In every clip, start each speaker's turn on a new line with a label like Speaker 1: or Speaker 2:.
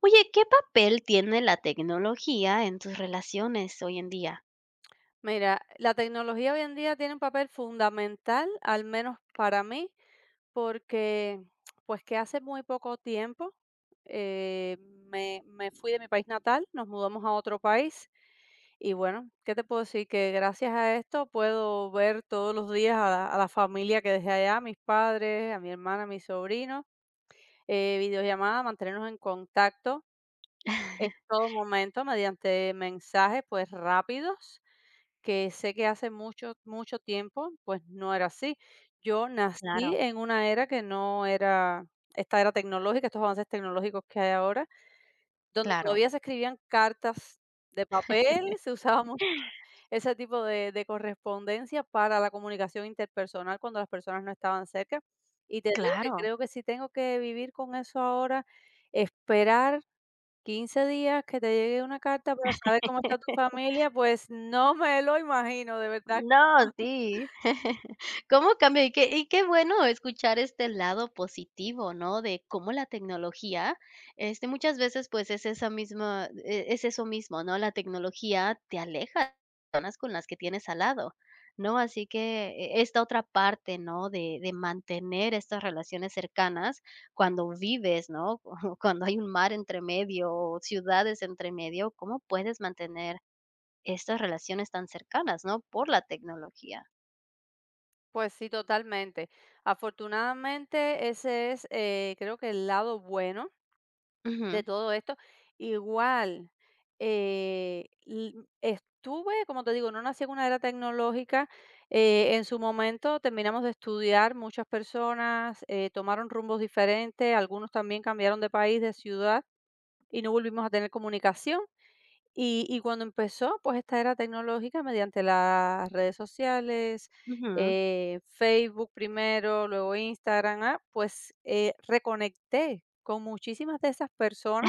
Speaker 1: Oye, ¿qué papel tiene la tecnología en tus relaciones hoy en día?
Speaker 2: Mira, la tecnología hoy en día tiene un papel fundamental, al menos para mí, porque pues que hace muy poco tiempo eh, me fui de mi país natal, nos mudamos a otro país y bueno, ¿qué te puedo decir? Que gracias a esto puedo ver todos los días a la familia que dejé allá, a mis padres, a mi hermana, a mis sobrinos, videollamada, mantenernos en contacto en todo momento mediante mensajes pues rápidos que sé que hace mucho, mucho tiempo, pues no era así. Yo nací
Speaker 1: Claro,
Speaker 2: en una era que no era esta era tecnológica, estos avances tecnológicos que hay ahora, donde
Speaker 1: claro,
Speaker 2: todavía se escribían cartas de papel, se usaba mu- ese tipo de correspondencia para la comunicación interpersonal cuando las personas no estaban cerca. Y te digo que
Speaker 1: claro.
Speaker 2: creo que si tengo que vivir con eso ahora, esperar 15 días que te llegue una carta para saber cómo está tu familia, pues no me lo imagino, de verdad.
Speaker 1: No, sí. ¿Cómo cambia? Y qué bueno escuchar este lado positivo, ¿no? De cómo la tecnología, este, muchas veces, pues, es esa misma es eso mismo, ¿no? La tecnología te aleja de personas con las que tienes al lado, ¿no? Así que esta otra parte, ¿no? De mantener estas relaciones cercanas cuando vives, ¿no? Cuando hay un mar entre medio o ciudades entre medio, ¿cómo puedes mantener estas relaciones tan cercanas, ¿no? Por la tecnología.
Speaker 2: Pues sí, totalmente. Afortunadamente, ese es, creo que el lado bueno de
Speaker 1: Ujú,
Speaker 2: todo esto. Igual, eh, l- estuve, como te digo, no nací en una era tecnológica. En su momento terminamos de estudiar, muchas personas tomaron rumbos diferentes, algunos también cambiaron de país, de ciudad y no volvimos a tener comunicación. Y cuando empezó, pues, esta era tecnológica mediante las redes sociales,
Speaker 1: ujú.
Speaker 2: Facebook primero, luego Instagram, ah, pues, reconecté con muchísimas de esas personas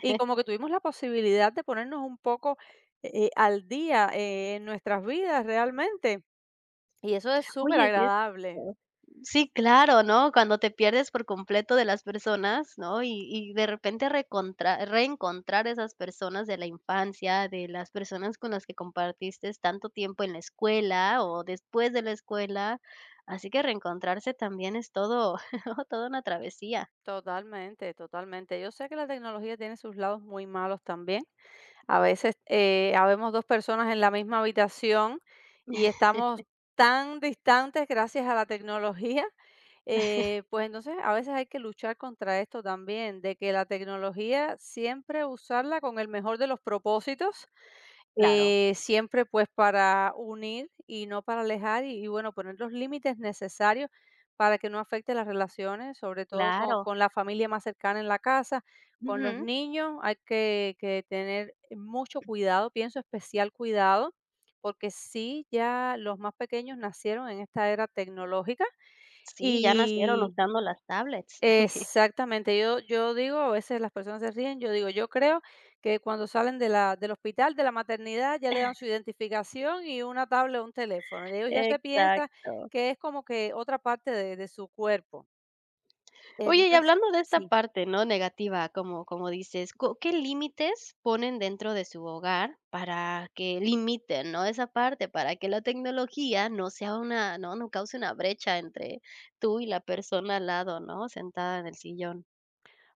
Speaker 2: y como que tuvimos la posibilidad de ponernos un poco, al día, en nuestras vidas realmente, y eso es súper
Speaker 1: Oye, sí es
Speaker 2: agradable.
Speaker 1: cierto. Sí, claro, ¿no? Cuando te pierdes por completo de las personas, ¿no? Y de repente recontra reencontrar esas personas de la infancia, de las personas con las que compartiste tanto tiempo en la escuela o después de la escuela. Así que reencontrarse también es todo toda una travesía.
Speaker 2: Totalmente, totalmente. Yo sé que la tecnología tiene sus lados muy malos también. A veces, habemos 2 personas en la misma habitación y estamos tan distantes gracias a la tecnología, pues, entonces, a veces hay que luchar contra esto también, de que la tecnología siempre usarla con el mejor de los propósitos,
Speaker 1: Claro,
Speaker 2: siempre, pues, para unir y no para alejar bueno, poner los límites necesarios para que no afecte las relaciones, sobre todo con
Speaker 1: claro.
Speaker 2: con la familia más cercana en la casa, con los
Speaker 1: Ujú.
Speaker 2: niños hay que tener mucho cuidado, pienso, especial cuidado, porque sí, ya los más pequeños nacieron en esta era tecnológica
Speaker 1: Sí, ya nacieron
Speaker 2: y
Speaker 1: usando las tablets.
Speaker 2: exactamente, yo digo, a veces las personas se ríen, yo digo, yo creo que cuando salen de la del hospital, de la maternidad, ya le dan su identificación y una tablet o un teléfono. Ellos ya se piensan
Speaker 1: Exacto.
Speaker 2: que es como que otra parte de su cuerpo.
Speaker 1: Oye, y
Speaker 2: Entonces,
Speaker 1: hablando de esta
Speaker 2: sí.
Speaker 1: parte, ¿no?, negativa, como como dices, ¿co qué límites ponen dentro de su hogar para que limiten, no?, esa parte, para que la tecnología no sea una no cause una brecha entre tú y la persona al lado, ¿no?, sentada en el sillón.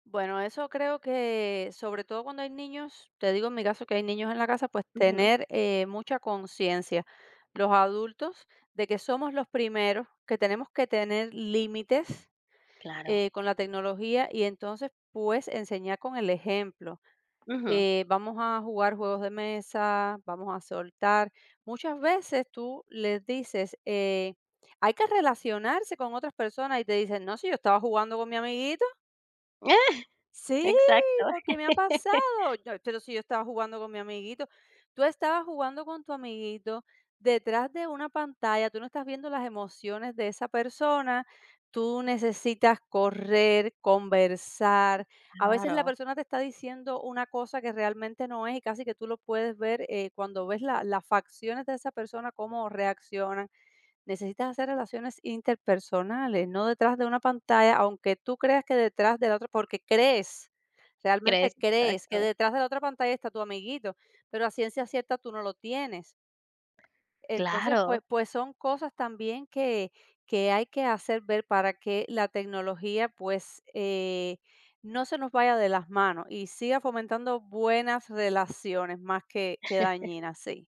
Speaker 2: Bueno, eso creo que, sobre todo cuando hay niños, te digo en mi caso que hay niños en la casa, pues
Speaker 1: Ujú,
Speaker 2: tener mucha conciencia, los adultos, de que somos los primeros, que tenemos que tener límites
Speaker 1: claro.
Speaker 2: con la tecnología y entonces pues enseñar con el ejemplo.
Speaker 1: Ujú.
Speaker 2: Vamos a jugar juegos de mesa, vamos a soltar. Muchas veces tú les dices, hay que relacionarse con otras personas y te dicen, no, si yo estaba jugando con mi amiguito. Sí,
Speaker 1: Exacto.
Speaker 2: porque me ha pasado. Yo pero si yo estaba jugando con mi amiguito. Tú estabas jugando con tu amiguito detrás de una pantalla, tú no estás viendo las emociones de esa persona, tú necesitas correr, conversar. A veces la
Speaker 1: Claro.
Speaker 2: persona te está diciendo una cosa que realmente no es y casi que tú lo puedes ver, cuando ves la las facciones de esa persona, cómo reaccionan. Necesitas hacer relaciones interpersonales, no detrás de una pantalla, aunque tú creas que detrás de la otra porque crees,
Speaker 1: Crees,
Speaker 2: realmente crees que
Speaker 1: exacto.
Speaker 2: detrás de la otra pantalla está tu amiguito, pero a ciencia cierta tú no lo tienes. Entonces,
Speaker 1: Claro.
Speaker 2: pues son cosas también que hay que hacer ver para que la tecnología, pues, no se nos vaya de las manos y siga fomentando buenas relaciones más que dañinas, sí.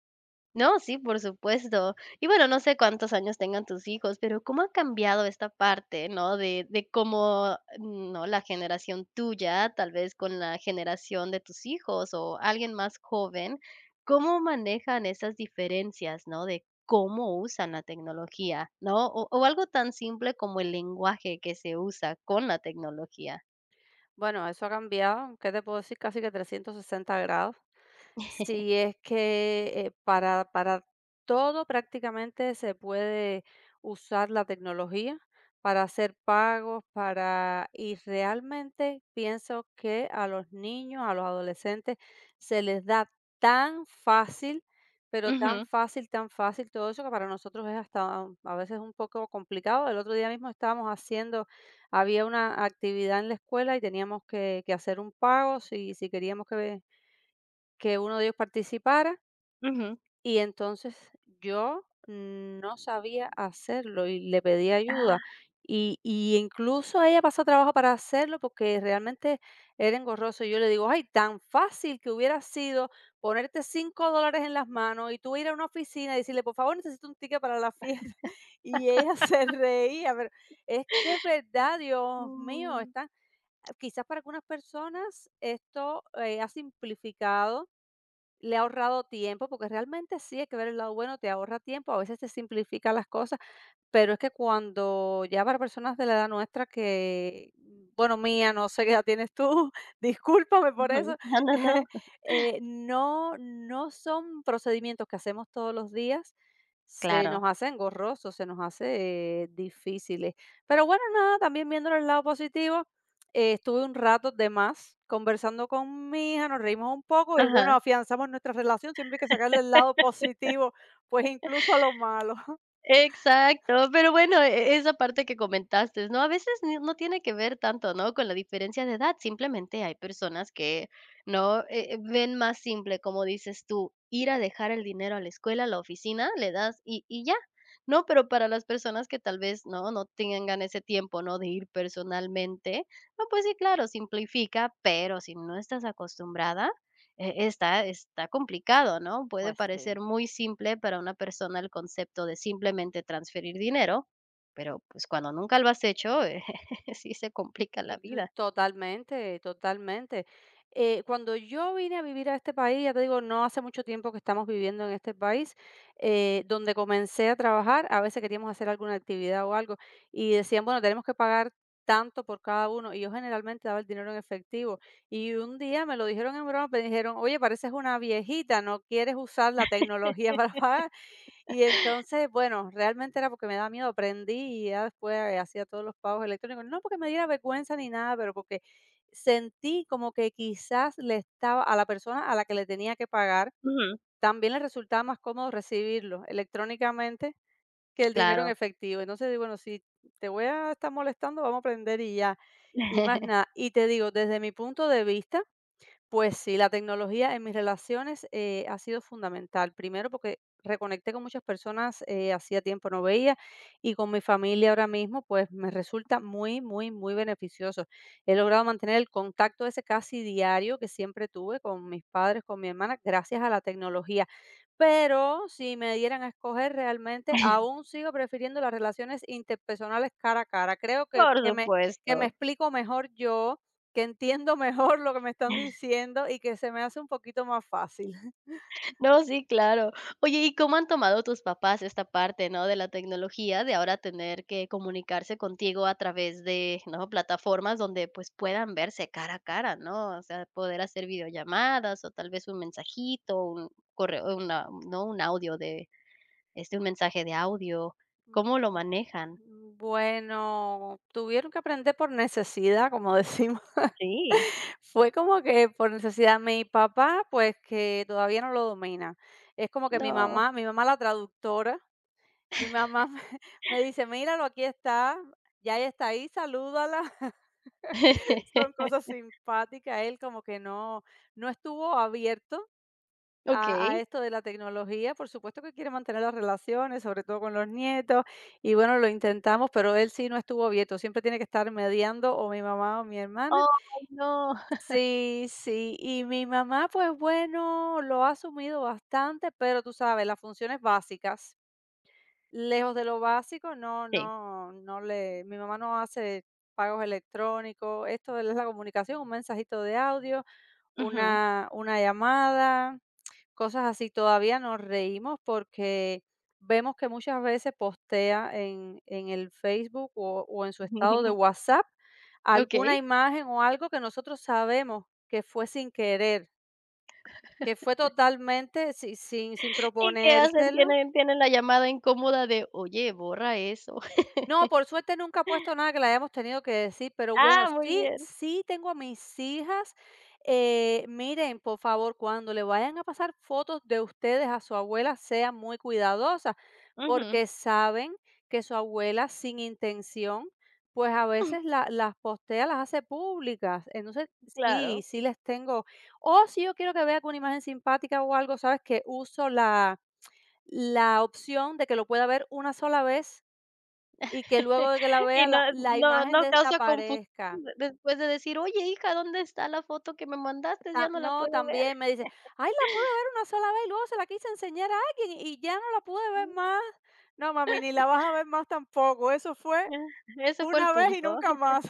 Speaker 1: No, sí, por supuesto. Y bueno, no sé cuántos años tengan tus hijos, pero ¿cómo ha cambiado esta parte, no? De cómo, no, la generación tuya, tal vez con la generación de tus hijos o alguien más joven, ¿cómo manejan esas diferencias, no? De cómo usan la tecnología, ¿no? O algo tan simple como el lenguaje que se usa con la tecnología.
Speaker 2: Bueno, eso ha cambiado, ¿qué te puedo decir? Casi que 360 grados. Si es que para todo prácticamente se puede usar la tecnología para hacer pagos, para... Y realmente pienso que a los niños, a los adolescentes, se les da tan fácil, pero
Speaker 1: Ujú,
Speaker 2: tan fácil todo eso que para nosotros es hasta a veces un poco complicado. El otro día mismo estábamos haciendo había una actividad en la escuela y teníamos que hacer un pago si queríamos que uno de ellos participara.
Speaker 1: ujú.
Speaker 2: Y entonces yo no sabía hacerlo y le pedí ayuda.
Speaker 1: Ah,
Speaker 2: Y incluso ella pasó trabajo para hacerlo porque realmente era engorroso. Y yo le digo, ay, tan fácil que hubiera sido ponerte $5 en las manos y tú ir a una oficina y decirle, por favor, necesito un ticket para la fiesta. Y ella se reía, pero es que es verdad, Dios mío,
Speaker 1: mm,
Speaker 2: están quizás para algunas personas esto, ha simplificado, le ha ahorrado tiempo, porque realmente sí hay que ver el lado bueno, te ahorra tiempo, a veces te simplifica las cosas. Pero es que cuando ya para personas de la edad nuestra que, bueno, mía, no sé qué edad tienes tú, discúlpame por eso,
Speaker 1: ujú. No, no, no.
Speaker 2: no, no son procedimientos que hacemos todos los días, se nos
Speaker 1: Claro.
Speaker 2: hace engorroso, se nos hace difíciles. Pero bueno, nada, también viendo el lado positivo, estuve un rato de más conversando con mi hija, nos reímos un poco y bueno,
Speaker 1: Ajá.
Speaker 2: afianzamos nuestra relación, siempre hay que sacarle el lado positivo, pues incluso a lo malo.
Speaker 1: Exacto, pero bueno, esa parte que comentaste, ¿no? A veces ni no tiene que ver tanto, ¿no? Con la diferencia de edad, simplemente hay personas que, ¿no? Ven más simple, como dices tú, ir a dejar el dinero a la escuela, a la oficina, le das y ya, ¿no? Pero para las personas que tal vez, ¿no? No tengan ese tiempo, ¿no? De ir personalmente, no, pues sí, claro, simplifica, pero si no estás acostumbrada está complicado, ¿no? Puede
Speaker 2: Pues sí.
Speaker 1: parecer muy simple para una persona el concepto de simplemente transferir dinero, pero, pues, cuando nunca lo has hecho, sí se complica la
Speaker 2: L
Speaker 1: vida.
Speaker 2: Totalmente, totalmente. Cuando yo vine a vivir a este país, ya te digo, no hace mucho tiempo que estamos viviendo en este país, donde comencé a trabajar, a veces queríamos hacer alguna actividad o algo, y decían, bueno, tenemos que pagar tanto por cada uno, y yo generalmente daba el dinero en efectivo. Y un día me lo dijeron en broma, me dijeron, oye, pareces una viejita, ¿no quieres usar la tecnología para pagar? Y entonces, bueno, realmente era porque me daba miedo, aprendí y ya después hacía todos los pagos electrónicos. No porque me diera vergüenza ni nada, pero porque sentí como que quizás le estaba a la persona a la que le tenía que pagar,
Speaker 1: Ujú,
Speaker 2: también le resultaba más cómodo recibirlo electrónicamente que el dinero en
Speaker 1: claro.
Speaker 2: efectivo. Entonces digo, bueno, si te voy a estar molestando, vamos a aprender y ya. Y más nada. Y te digo, desde mi punto de vista, pues sí, la tecnología en mis relaciones, ha sido fundamental. Primero, porque reconecté con muchas personas, hacía tiempo no veía, y con mi familia ahora mismo, pues, me resulta muy, muy, muy beneficioso. He logrado mantener el contacto ese casi diario que siempre tuve con mis padres, con mi hermana, gracias a la tecnología. Pero si me dieran a escoger, realmente aún sigo prefiriendo las relaciones interpersonales cara a cara. Creo que
Speaker 1: Por
Speaker 2: que me
Speaker 1: supuesto.
Speaker 2: explico mejor yo, que entiendo mejor lo que me están diciendo y que se me hace un poquito más fácil.
Speaker 1: No, sí, claro. Oye, ¿y cómo han tomado tus papás esta parte, no, de la tecnología, de ahora tener que comunicarse contigo a través de, no, plataformas donde, pues, puedan verse cara a cara, ¿no? O sea, poder hacer videollamadas o tal vez un mensajito, un correo, una no, un audio de, este, un mensaje de audio, ¿cómo lo manejan?
Speaker 2: Bueno, tuvieron que aprender por necesidad, como decimos.
Speaker 1: Sí,
Speaker 2: Fue como que por necesidad. Mi papá, pues, que todavía no lo domina. Es como que mi
Speaker 1: no.
Speaker 2: mamá mi mamá la traductora, mi mamá me me dice: "Míralo, aquí está, ya Yaya está ahí, salúdala". Son cosas simpáticas. Él como que no estuvo abierto a
Speaker 1: Okey.
Speaker 2: esto de la tecnología, por supuesto que quiere mantener las relaciones, sobre todo con los nietos, y bueno, lo intentamos, pero él sí no estuvo abierto, siempre tiene que estar mediando o mi mamá o mi hermana.
Speaker 1: Oh, no.
Speaker 2: Sí, sí, y mi mamá, pues bueno, lo ha asumido bastante, pero tú sabes, las funciones básicas, lejos de lo básico, no,
Speaker 1: Sí.
Speaker 2: no, no le, mi mamá no hace pagos electrónicos, esto es la comunicación, un mensajito de audio,
Speaker 1: Ujú.
Speaker 2: una llamada, cosas así. Todavía nos reímos porque vemos que muchas veces postea en el Facebook o en su estado de WhatsApp alguna
Speaker 1: Okey.
Speaker 2: imagen o algo que nosotros sabemos que fue sin querer, que fue totalmente sin
Speaker 1: ¿Y qué hacen?
Speaker 2: proponérselo.
Speaker 1: Tienen la llamada incómoda de: "Oye, borra eso".
Speaker 2: No, por suerte nunca ha puesto nada que le hayamos tenido que decir, pero bueno,
Speaker 1: Ah, muy
Speaker 2: sí,
Speaker 1: bien.
Speaker 2: sí tengo a mis hijas, miren, por favor, cuando le vayan a pasar fotos de ustedes a su abuela, sean muy cuidadosas,
Speaker 1: Ujú.
Speaker 2: porque saben que su abuela sin intención, pues a veces las postea, las hace públicas. Entonces, sí,
Speaker 1: Claro.
Speaker 2: sí les tengo, o si yo quiero que vea alguna imagen simpática o algo, sabes que uso la opción de que lo pueda ver una sola vez y que luego de que la
Speaker 1: Y
Speaker 2: vea,
Speaker 1: no
Speaker 2: la
Speaker 1: no
Speaker 2: imagen
Speaker 1: no causa confusión
Speaker 2: desaparezca.
Speaker 1: de- después de decir: "Oye, hija, ¿dónde está la foto que me mandaste? Ya
Speaker 2: Ta
Speaker 1: no la
Speaker 2: No,
Speaker 1: puedo ver".
Speaker 2: también me dice: "Ay, la pude ver una sola vez, y luego se la quise enseñar a alguien, y ya no la pude ver más". No, mami, ni la vas a ver más tampoco. Eso fue
Speaker 1: Ese fue el
Speaker 2: una vez y
Speaker 1: punto.
Speaker 2: nunca más.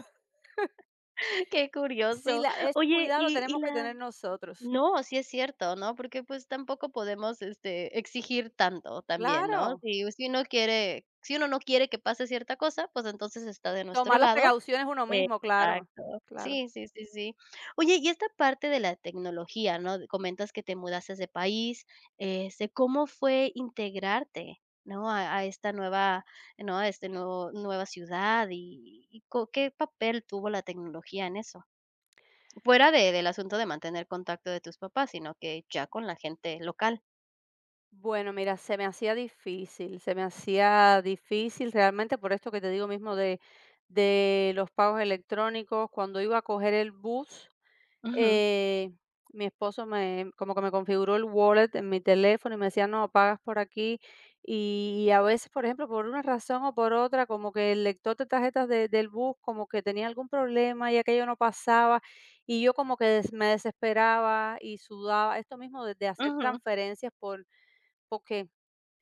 Speaker 1: Qué
Speaker 2: Sí,
Speaker 1: curioso.
Speaker 2: la ese
Speaker 1: Oye,
Speaker 2: cuidado lo
Speaker 1: y
Speaker 2: tenemos que
Speaker 1: la
Speaker 2: tener nosotros.
Speaker 1: No, sí es cierto, ¿no? Porque, pues, tampoco podemos, este, exigir tanto también, ¿no?
Speaker 2: Claro.
Speaker 1: Si uno quiere si uno no quiere que pase cierta cosa, pues, entonces está de nuestro
Speaker 2: Tomar las
Speaker 1: lado.
Speaker 2: precauciones uno mismo, claro.
Speaker 1: Exacto.
Speaker 2: Claro.
Speaker 1: Sí. Oye, y esta parte de la tecnología, ¿no? De- Comentas que te mudaste de país, este, ¿cómo fue integrarte, no? A esta nueva, ¿no? A este nuevo nueva ciudad y co ¿qué papel tuvo la tecnología en eso? Fuera de del asunto de mantener contacto de tus papás, sino que ya con la gente local.
Speaker 2: Bueno, mira, se me hacía difícil, se me hacía difícil realmente por esto que te digo mismo de los pagos electrónicos. Cuando iba a coger el bus,
Speaker 1: Ujú,
Speaker 2: eh, mi esposo como que me configuró el wallet en mi teléfono y me decía, no, pagas por aquí. Y, a veces, por ejemplo, por una razón o por otra, como que el lector de tarjetas del bus como que tenía algún problema y aquello no pasaba. Y yo como que me desesperaba y sudaba. Esto mismo de hacer
Speaker 1: ujú,
Speaker 2: transferencias porque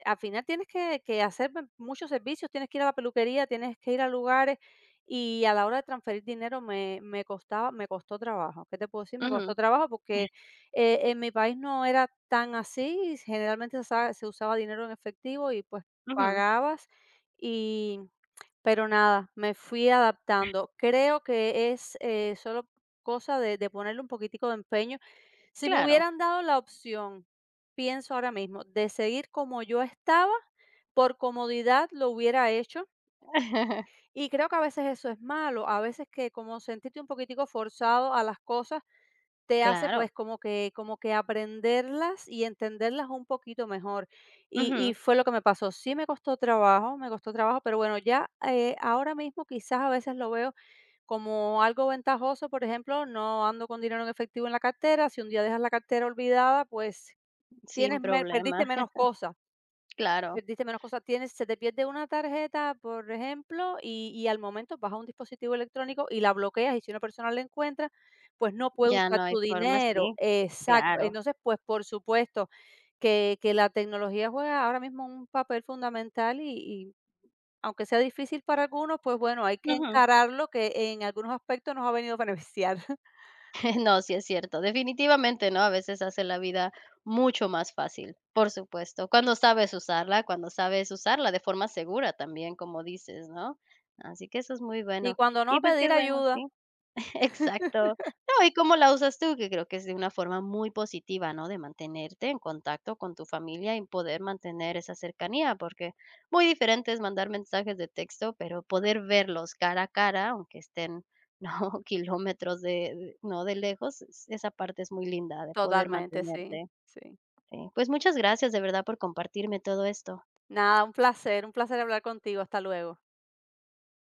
Speaker 2: al final tienes que hacer m muchos servicios, tienes que ir a la peluquería, tienes que ir a lugares, y a la hora de transferir dinero me costó trabajo. ¿Qué te puedo decir? Me
Speaker 1: ujú,
Speaker 2: costó trabajo porque, en mi país no era tan así, y generalmente se usaba dinero en efectivo y, pues,
Speaker 1: ujú.
Speaker 2: pagabas y pero nada, me fui adaptando. Creo que es, solo cosa de ponerle un poquitico de empeño si me
Speaker 1: Claro.
Speaker 2: hubieran dado la opción, pienso ahora mismo, de seguir como yo estaba, por comodidad lo hubiera hecho. Y creo que a veces eso es malo, a veces que como sentirte un poquitico forzado a las cosas te hace,
Speaker 1: Claro.
Speaker 2: pues, como que aprenderlas y entenderlas un poquito mejor. Y
Speaker 1: Ujú.
Speaker 2: fue lo que me pasó. Sí me costó trabajo, pero bueno, ya, ahora mismo quizás a veces lo veo como algo ventajoso, por ejemplo, no ando con dinero en efectivo en la cartera, si un día dejas la cartera olvidada, pues
Speaker 1: Sin
Speaker 2: tienes me
Speaker 1: problema.
Speaker 2: perdiste menos cosas.
Speaker 1: Claro.
Speaker 2: Perdiste menos cosas. Tienes Se te pierde una tarjeta, por ejemplo, y al momento vas a un dispositivo electrónico y la bloqueas, y si una persona la encuentra, pues, no puede
Speaker 1: Ya no
Speaker 2: usar
Speaker 1: hay
Speaker 2: tu
Speaker 1: forma,
Speaker 2: dinero.
Speaker 1: sí,
Speaker 2: Exacto.
Speaker 1: claro.
Speaker 2: Entonces, pues, por supuesto que la tecnología juega ahora mismo un papel fundamental y aunque sea difícil para algunos, pues, bueno, hay que
Speaker 1: Ujú.
Speaker 2: encararlo, que en algunos aspectos nos ha venido a beneficiar.
Speaker 1: No, sí es cierto. Definitivamente, ¿no? A veces hace la vida mucho más fácil, por supuesto. Cuando sabes usarla de forma segura también, como dices, ¿no? Así que eso es muy
Speaker 2: Y
Speaker 1: bueno.
Speaker 2: cuando
Speaker 1: Y
Speaker 2: no,
Speaker 1: pues qué
Speaker 2: pedir
Speaker 1: bueno,
Speaker 2: ayuda.
Speaker 1: sí. Exacto. No, y cómo la usas tú, que creo que es de una forma muy positiva, ¿no? De mantenerte en contacto con tu familia y poder mantener esa cercanía, porque muy diferente es mandar mensajes de texto, pero poder verlos cara a cara, aunque estén, ¿no? Kilómetros de ¿no? De lejos, es esa parte es muy linda de poder
Speaker 2: Totalmente, sí,
Speaker 1: mantenerte.
Speaker 2: sí.
Speaker 1: Sí, pues muchas gracias de verdad por compartirme todo esto.
Speaker 2: Nada, un placer hablar contigo. Hasta luego.